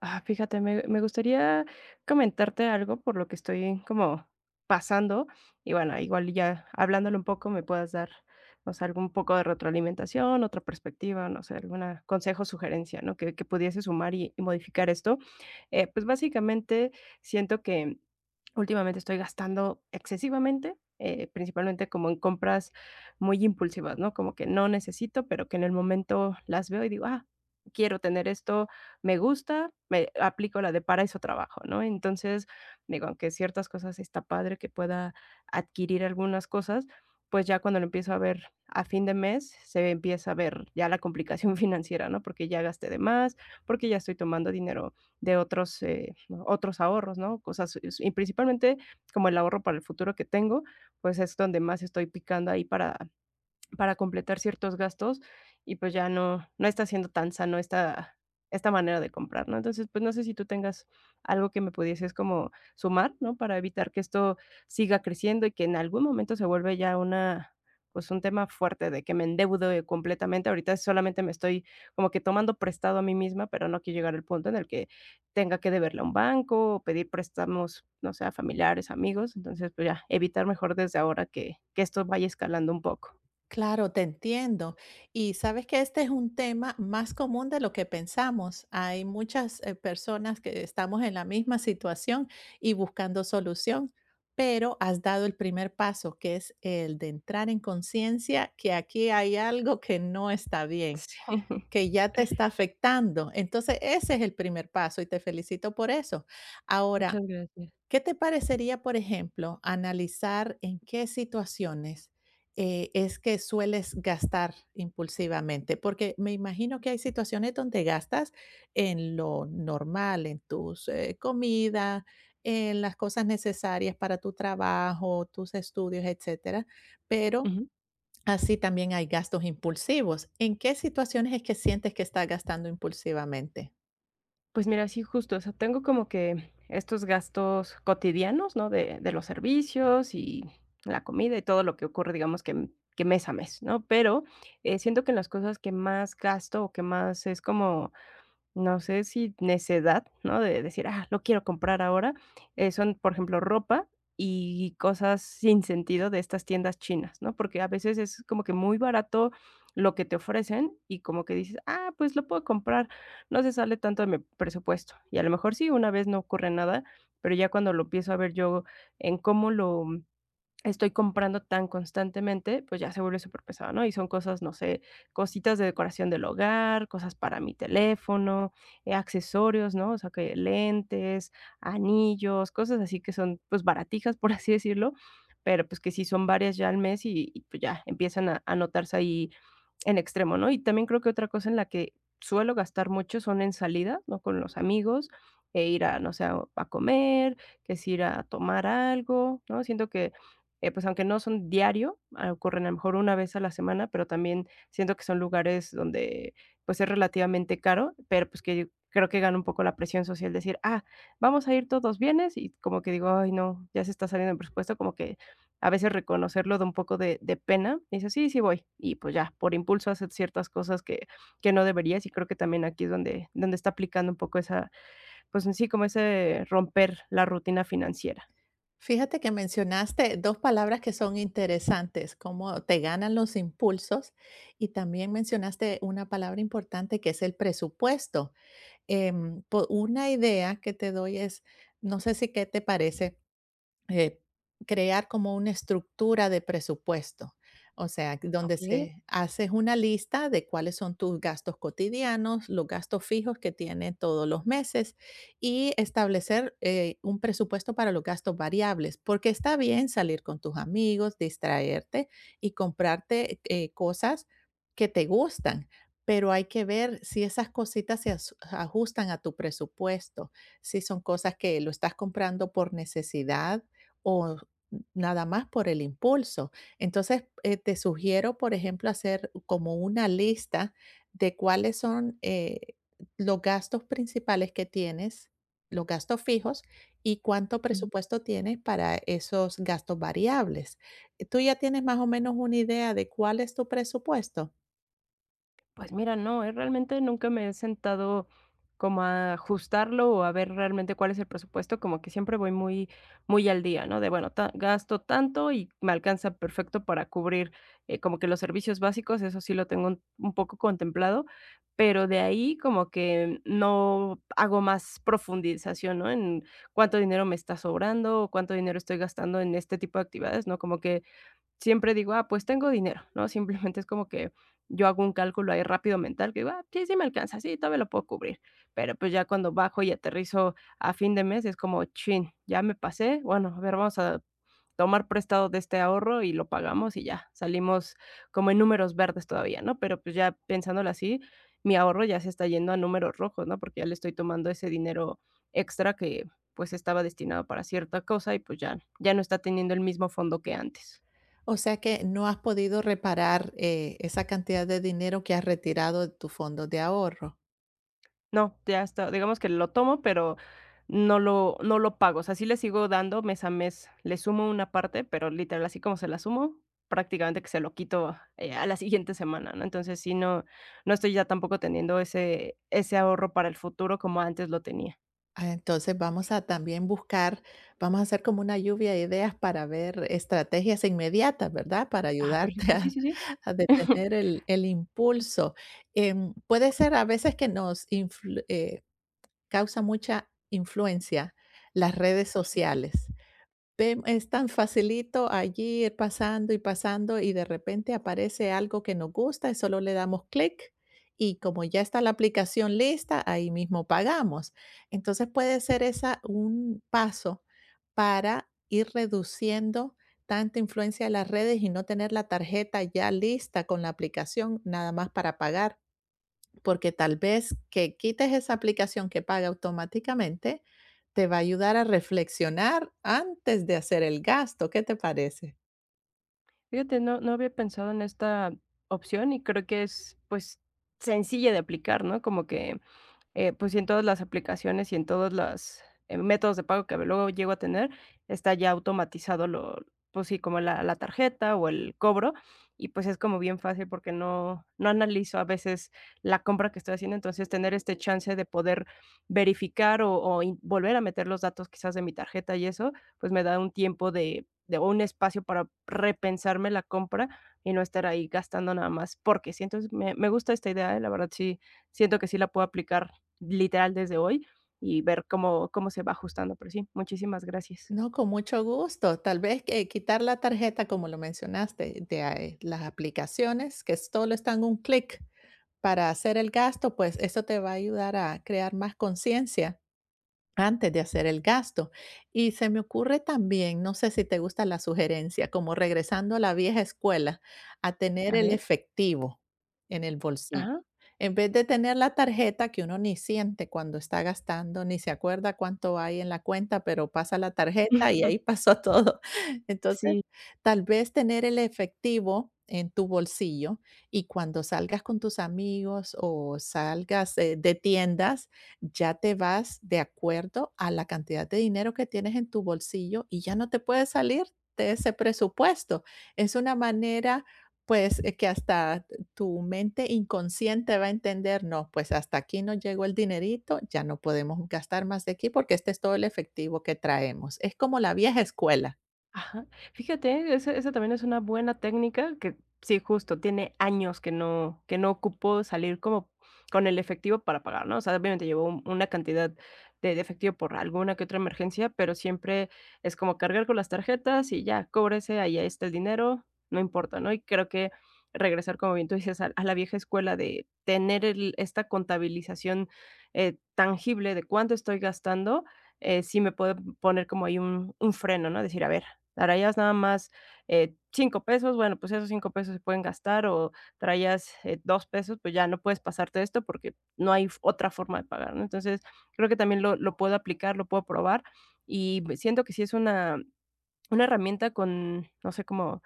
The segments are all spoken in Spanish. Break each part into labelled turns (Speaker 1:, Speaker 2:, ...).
Speaker 1: Ah, fíjate, me gustaría comentarte algo por lo que estoy como pasando, y bueno, igual ya hablándolo un poco me puedas dar, o sea, algún poco de retroalimentación, otra perspectiva, no sé, alguna consejo, sugerencia, ¿no? Que pudiese sumar y modificar esto. Pues, básicamente, siento que últimamente estoy gastando excesivamente, principalmente como en compras muy impulsivas, ¿no? Como que no necesito, pero que en el momento las veo y digo: "Ah, quiero tener esto". Me gusta, me aplico la de para eso trabajo, ¿no? Entonces, digo, aunque ciertas cosas está padre que pueda adquirir algunas cosas, pues ya cuando lo empiezo a ver a fin de mes, se empieza a ver ya la complicación financiera, ¿no? Porque ya gasté de más, porque ya estoy tomando dinero de otros, ¿no? Otros ahorros, ¿no? Cosas, y principalmente como el ahorro para el futuro que tengo, pues es donde más estoy picando ahí para completar ciertos gastos, y pues ya no está siendo tan sano esta manera de comprar, ¿no? Entonces, pues no sé si tú tengas algo que me pudieses como sumar, ¿no? Para evitar que esto siga creciendo y que en algún momento se vuelve ya una, pues un tema fuerte de que me endeudo, completamente. Ahorita solamente me estoy como que tomando prestado a mí misma, pero no quiero llegar al punto en el que tenga que deberle a un banco o pedir préstamos, no sé, a familiares, amigos. Entonces, pues ya evitar mejor desde ahora que esto vaya escalando un poco.
Speaker 2: Claro, te entiendo. Y sabes que este es un tema más común de lo que pensamos. Hay muchas personas que estamos en la misma situación y buscando solución, pero has dado el primer paso, que es el de entrar en conciencia que aquí hay algo que no está bien,
Speaker 1: Sí,
Speaker 2: que ya te está afectando. Entonces, ese es el primer paso y te felicito por eso.
Speaker 1: muchas
Speaker 2: Ahora,
Speaker 1: gracias.
Speaker 2: ¿qué te parecería, por ejemplo, analizar en qué situaciones, es que sueles gastar impulsivamente? Porque me imagino que hay situaciones donde gastas en lo normal, en tus, comida, en las cosas necesarias para tu trabajo, tus estudios, etcétera, pero
Speaker 1: Ujú.
Speaker 2: así también hay gastos impulsivos. ¿En qué situaciones es que sientes que estás gastando impulsivamente?
Speaker 1: Pues mira, sí, justo, o sea, tengo como que estos gastos cotidianos, ¿no? De los servicios y la comida y todo lo que ocurre, digamos que, que mes a mes, ¿no? Pero siento que en las cosas que más gasto o que más es como, no sé si necedad, ¿no? De decir: "Ah, lo quiero comprar ahora". Son, por ejemplo, ropa y cosas sin sentido de estas tiendas chinas, ¿no? Porque a veces es como que muy barato lo que te ofrecen y como que dices: "Ah, pues lo puedo comprar, no se sale tanto de mi presupuesto". Y a lo mejor sí, una vez no ocurre nada, pero ya cuando lo empiezo a ver yo en cómo lo estoy comprando tan constantemente, pues ya se vuelve súper pesado, ¿no? Y son cosas, no sé, cositas de decoración del hogar, cosas para mi teléfono, accesorios, ¿no? O sea, que lentes, anillos, cosas así que son, pues, baratijas, por así decirlo, pero pues que sí son varias ya al mes y, pues ya empiezan a notarse ahí en extremo, ¿no? Y también creo que otra cosa en la que suelo gastar mucho son en salidas, ¿no? Con los amigos, e ir a, no sé, a comer, que es ir a tomar algo, ¿no? Siento que pues, aunque no son diario, ah, ocurren a lo mejor una vez a la semana, pero también siento que son lugares donde, pues, es relativamente caro, pero, pues, que creo que gana un poco la presión social decir: "Ah, vamos a ir todos, ¿vienes?". Y como que digo: "Ay, no, ya se está saliendo el presupuesto", como que a veces reconocerlo da un poco de pena. Y dices: "Sí, sí voy". Y, pues, ya, por impulso haces ciertas cosas que no deberías, y creo que también aquí es donde está aplicando un poco esa, pues, en sí, como ese romper la rutina financiera.
Speaker 2: Fíjate que mencionaste 2 palabras que son interesantes, cómo te ganan los impulsos, y también mencionaste una palabra importante que es el presupuesto. Po una idea que te doy es, no sé si qué te parece eh, crear como una estructura de presupuesto, o sea, donde
Speaker 1: Okey.
Speaker 2: se haces una lista de cuáles son tus gastos cotidianos, los gastos fijos que tiene todos los meses y establecer un presupuesto para los gastos variables, porque está bien salir con tus amigos, distraerte y comprarte cosas que te gustan. Pero hay que ver si esas cositas ajustan a tu presupuesto, si son cosas que lo estás comprando por necesidad o nada más por el impulso. Entonces, te sugiero, por ejemplo, hacer como una lista de cuáles son los gastos principales que tienes, los gastos fijos y cuánto presupuesto tienes para esos gastos variables. Tú ya tienes más o menos una idea de cuál es tu presupuesto.
Speaker 1: Pues mira, no, realmente nunca me he sentado como a ajustarlo o a ver realmente cuál es el presupuesto, como que siempre voy muy muy al día, ¿no? De bueno, ta gasto tanto y me alcanza perfecto para cubrir, como que los servicios básicos, eso sí lo tengo un poco contemplado, pero de ahí como que no hago más profundización, ¿no? En cuánto dinero me está sobrando o cuánto dinero estoy gastando en este tipo de actividades, ¿no? Como que siempre digo: "Ah, pues tengo dinero", ¿no? Simplemente es como que yo hago un cálculo ahí rápido mental que digo: "Ah, sí, sí me alcanza, sí, todavía lo puedo cubrir". Pero, pues, ya cuando bajo y aterrizo a fin de mes, es como: "Chin, ya me pasé, bueno, a ver, vamos a tomar prestado de este ahorro y lo pagamos y ya". Salimos como en números verdes todavía, ¿no? Pero, pues, ya pensándolo así, mi ahorro ya se está yendo a números rojos, ¿no? Porque ya le estoy tomando ese dinero extra que, pues, estaba destinado para cierta cosa y, pues, ya no está teniendo el mismo fondo que antes.
Speaker 2: O sea que no has podido reparar esa cantidad de dinero que has retirado de tu fondo de ahorro.
Speaker 1: No, ya está. Digamos que lo tomo, pero no lo pago. O sea, sí le sigo dando mes a mes. Le sumo una parte, pero literal, así como se la sumo, prácticamente que se lo quito, a la siguiente semana, ¿no? Entonces, sí, no estoy ya tampoco teniendo ese ahorro para el futuro como antes lo tenía.
Speaker 2: Ah, entonces vamos a también buscar, vamos a hacer como una lluvia de ideas para ver estrategias inmediatas, ¿verdad? Para
Speaker 1: Ah,
Speaker 2: ayudarte
Speaker 1: perfecto, sí, sí, sí.
Speaker 2: a detener el impulso. Puede ser a veces que causa mucha influencia las redes sociales. Vem es tan facilito allí ir pasando y pasando, y de repente aparece algo que nos gusta y solo le damos clic, y como ya está la aplicación lista, ahí mismo pagamos. Entonces, puede ser esa un paso para ir reduciendo tanta influencia de las redes y no tener la tarjeta ya lista con la aplicación, nada más para pagar porque tal vez que quites esa aplicación que paga automáticamente te va a ayudar a reflexionar antes de hacer el gasto. ¿Qué te parece?
Speaker 1: Fíjate, no había pensado en esta opción y creo que es, pues, sencilla de aplicar, ¿no? Como que pues, y en todas las aplicaciones y en todos los métodos de pago que luego llego a tener, está ya automatizado lo, pues sí, como la tarjeta o el cobro, y pues es como bien fácil porque no analizo a veces la compra que estoy haciendo, entonces tener este chance de poder verificar o in volver a meter los datos quizás de mi tarjeta y eso, pues me da un tiempo de o un espacio para repensarme la compra y no estar ahí gastando nada más porque sí. Entonces me gusta esta idea, la verdad sí siento que sí la puedo aplicar literal desde hoy y ver cómo se va ajustando, pero sí, muchísimas gracias.
Speaker 2: No, con mucho gusto. Tal vez que quitar la tarjeta, como lo mencionaste, de ahí las aplicaciones que solo están un clic para hacer el gasto, pues eso te va a ayudar a crear más conciencia antes de hacer el gasto. Y se me ocurre también, no sé si te gusta la sugerencia, como regresando a la vieja escuela, a tener
Speaker 1: A
Speaker 2: el
Speaker 1: ver,
Speaker 2: efectivo en el bolsillo.
Speaker 1: ajá.
Speaker 2: En vez de tener la tarjeta que uno ni siente cuando está gastando, ni se acuerda cuánto hay en la cuenta, pero pasa la tarjeta y ahí pasó todo. Entonces,
Speaker 1: Sí.
Speaker 2: tal vez tener el efectivo en tu bolsillo y cuando salgas con tus amigos o salgas de tiendas, ya te vas de acuerdo a la cantidad de dinero que tienes en tu bolsillo y ya no te puedes salir de ese presupuesto. Es una manera pues que hasta tu mente inconsciente va a entender, no, pues hasta aquí no llegó el dinerito, ya no podemos gastar más de aquí porque este es todo el efectivo que traemos. Es como la vieja escuela.
Speaker 1: Ajá. Fíjate, esa también es una buena técnica que sí, justo, tiene años que no ocupó salir como con el efectivo para pagar, ¿no? O sea, obviamente llevó un una cantidad de efectivo por alguna que otra emergencia, pero siempre es como cargar con las tarjetas y ya, cóbrese, ahí está el dinero, no importa, ¿no? Y creo que regresar, como bien tú dices, a la vieja escuela de tener el esta contabilización, tangible de cuánto estoy gastando, sí me puede poner como ahí un freno, ¿no? Decir, a ver, traías nada más, 5 pesos, bueno, pues esos 5 pesos se pueden gastar, o traías, 2 pesos, pues ya no puedes pasarte esto porque no hay f otra forma de pagar, ¿no? Entonces, creo que también lo puedo aplicar, lo puedo probar, y siento que sí es una herramienta con, no sé, como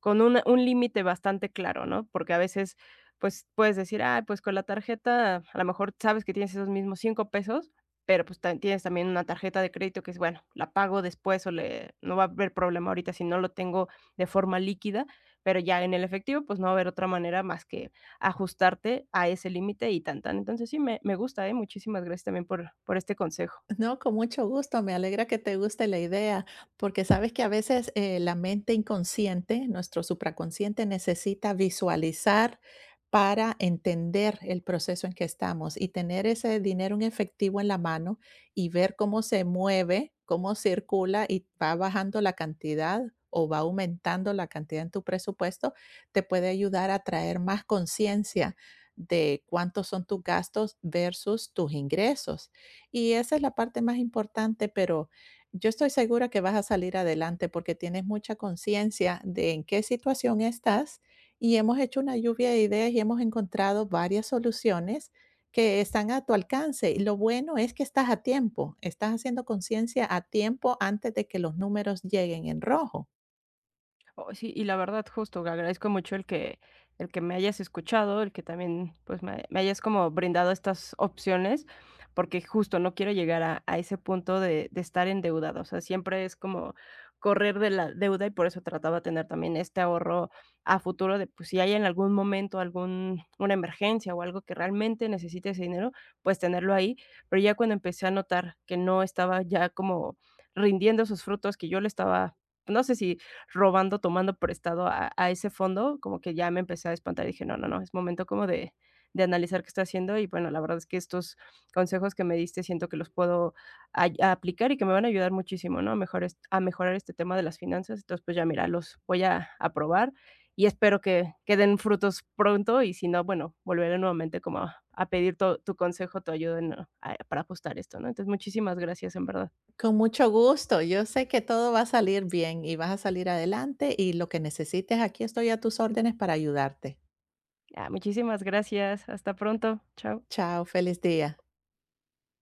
Speaker 1: con un límite bastante claro, ¿no? Porque a veces, pues, puedes decir, ah, pues con la tarjeta, a lo mejor sabes que tienes esos mismos 5 pesos, pero pues tienes también una tarjeta de crédito que es, bueno, la pago después o le, no va a haber problema ahorita si no lo tengo de forma líquida, pero ya en el efectivo, pues no va a haber otra manera más que ajustarte a ese límite y tan tan. Entonces sí, me gusta, ¿eh? Muchísimas gracias también por este consejo.
Speaker 2: No, con mucho gusto. Me alegra que te guste la idea, porque sabes que a veces la mente inconsciente, nuestro supraconsciente, necesita visualizar para entender el proceso en que estamos y tener ese dinero en efectivo en la mano y ver cómo se mueve, cómo circula y va bajando la cantidad o va aumentando la cantidad en tu presupuesto, te puede ayudar a traer más conciencia de cuántos son tus gastos versus tus ingresos y esa es la parte más importante, pero yo estoy segura que vas a salir adelante porque tienes mucha conciencia de en qué situación estás y hemos hecho una lluvia de ideas y hemos encontrado varias soluciones que están a tu alcance. Y lo bueno es que estás a tiempo, estás haciendo conciencia a tiempo antes de que los números lleguen en rojo.
Speaker 1: Oh, sí, y la verdad, justo, agradezco mucho el que me hayas escuchado, el que también, pues, me hayas como brindado estas opciones, porque justo no quiero llegar a ese punto de estar endeudado, o sea, siempre es como correr de la deuda y por eso trataba de tener también este ahorro a futuro de, pues, si hay en algún momento algún, una emergencia o algo que realmente necesite ese dinero, pues, tenerlo ahí. Pero ya cuando empecé a notar que no estaba ya como rindiendo sus frutos, que yo le estaba, no sé si robando, tomando prestado a ese fondo, como que ya me empecé a espantar y dije, no, no, no, es momento como de analizar qué estoy haciendo, y bueno, la verdad es que estos consejos que me diste siento que los puedo a aplicar y que me van a ayudar muchísimo, ¿no? A mejorar este tema de las finanzas. Entonces, pues ya mira, los voy a probar y espero que den frutos pronto y si no, bueno, volveré nuevamente como a pedir tu consejo, tu ayuda en, ah, para ajustar esto, ¿no? Entonces, muchísimas gracias, en verdad.
Speaker 2: Con mucho gusto, yo sé que todo va a salir bien y vas a salir adelante y lo que necesites, aquí estoy a tus órdenes para ayudarte.
Speaker 1: Ah, muchísimas gracias. Hasta pronto. Chao.
Speaker 2: Chao, feliz día.